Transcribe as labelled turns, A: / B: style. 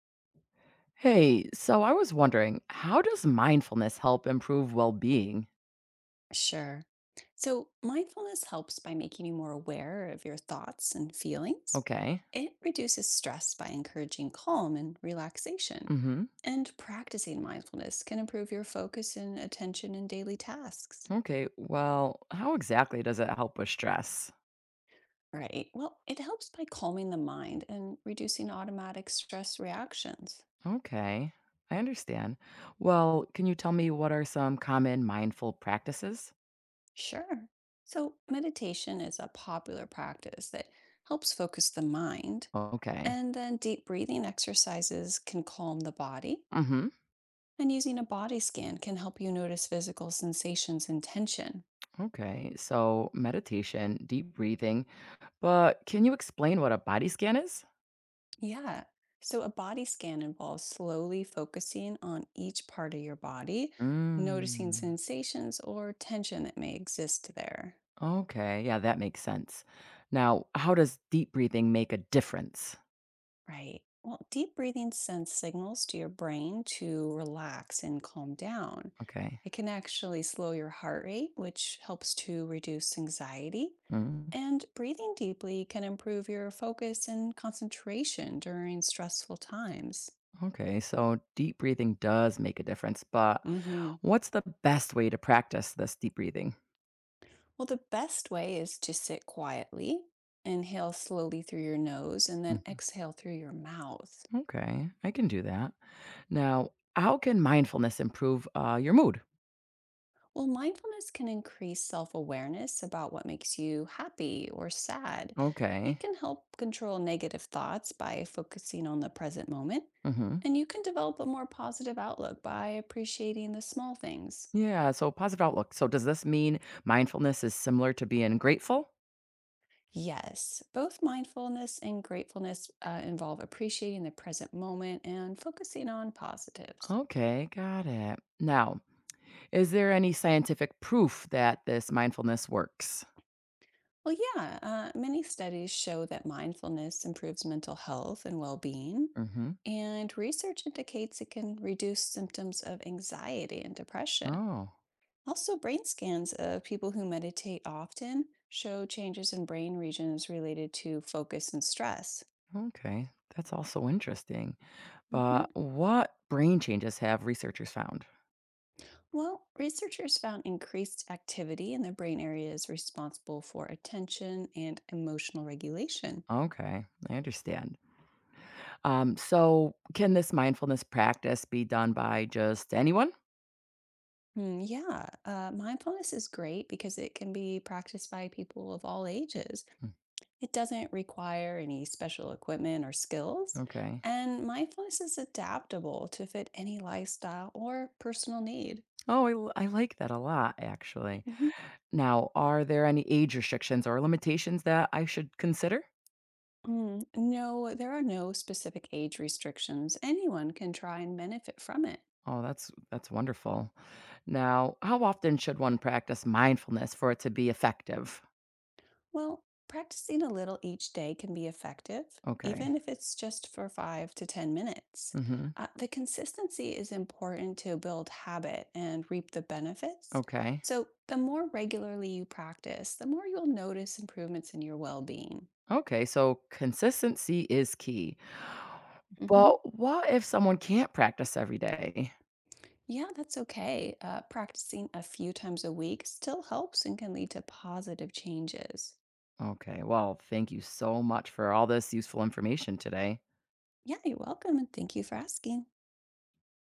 A: Hey, so I was wondering, how does mindfulness help improve well-being?
B: Sure. So, mindfulness helps by making you more aware of your thoughts and feelings.
A: Okay.
B: It reduces stress by encouraging calm and relaxation.
A: Mm-hmm.
B: And practicing mindfulness can improve your focus and attention in daily tasks.
A: Okay. Well, how exactly does it help with stress?
B: Right. Well, it helps by calming the mind and reducing automatic stress reactions.
A: Okay. I understand. Well, can you tell me what are some common mindful practices?
B: Sure. So, meditation is a popular practice that helps focus the mind.
A: Okay.
B: And then deep breathing exercises can calm the body.
A: Mm-hmm.
B: And using a body scan can help you notice physical sensations and tension.
A: Okay. So meditation, deep breathing, but can you explain what a body scan is?
B: Yeah. So, a body scan involves slowly focusing on each part of your body, noticing
A: Mm.
B: sensations or tension that may exist there.
A: Okay. Yeah, that makes sense. Now, how does deep breathing make a difference?
B: Right. Well, deep breathing sends signals to your brain to relax and calm down.
A: Okay.
B: It can actually slow your heart rate, which helps to reduce anxiety.
A: Mm.
B: And breathing deeply can improve your focus and concentration during stressful times.
A: Okay, so deep breathing does make a difference, but
B: hmm
A: what's the best way to practice this deep breathing?
B: Well, the best way is to sit quietly, inhale slowly through your nose, and then
A: Mhm.
B: exhale through your mouth.
A: Okay, I can do that. Now, how can mindfulness improve your mood?
B: Well, mindfulness can increase self awareness about what makes you happy or sad. It
A: Okay.
B: can help control negative thoughts by focusing on the present moment.
A: Hmm.
B: And you can develop a more positive outlook by appreciating the small things.
A: Yeah, so positive outlook. So, does this mean mindfulness is similar to being grateful?
B: Yes, both mindfulness and gratefulness involve appreciating the present moment and focusing on positives.
A: Okay, got it. Now, is there any scientific proof that this mindfulness works?
B: Well, yeah, many studies show that mindfulness improves mental health and well being,
A: Hmm.
B: and research indicates it can reduce symptoms of anxiety and depression.
A: Oh,
B: Also, brain scans of people who meditate often show changes in brain regions related to focus and stress.
A: okay. That's also interesting.
B: Mhm.
A: But what brain changes have researchers found?
B: Well, researchers found increased activity in the brain areas responsible for attention and emotional regulation.
A: Okay, I understand. So, can this mindfulness practice be done by just anyone?
B: Hmm, yeah, mindfulness is great because it can be practiced by people of all ages.
A: Mm.
B: It doesn't require any special equipment or skills.
A: Okay.
B: And mindfulness is adaptable to fit any lifestyle or personal need.
A: Oh, I, I like that a lot, actually.
B: Mhm.
A: Now, are there any age restrictions or limitations that I should consider?
B: Mm, no, there are no specific age restrictions. Anyone can try and benefit from it.
A: Oh, that's wonderful. Now, how often should one practice mindfulness for it to be effective?
B: Well, practicing a little each day can be effective,
A: Okay.
B: even if it's just for 5 to 10 minutes.
A: Mm-hmm.
B: The consistency is important to build habit and reap the benefits.
A: Okay.
B: So, the more regularly you practice, the more you'll notice improvements in your well being.
A: Okay, so consistency is key.
B: hmm
A: But what if someone can't practice every day?
B: Yeah, that's okay. Practicing a few times a week still helps and can lead to positive changes.
A: Okay, well, thank you so much for all this useful information today.
B: Yeah, you're welcome, and thank you for asking.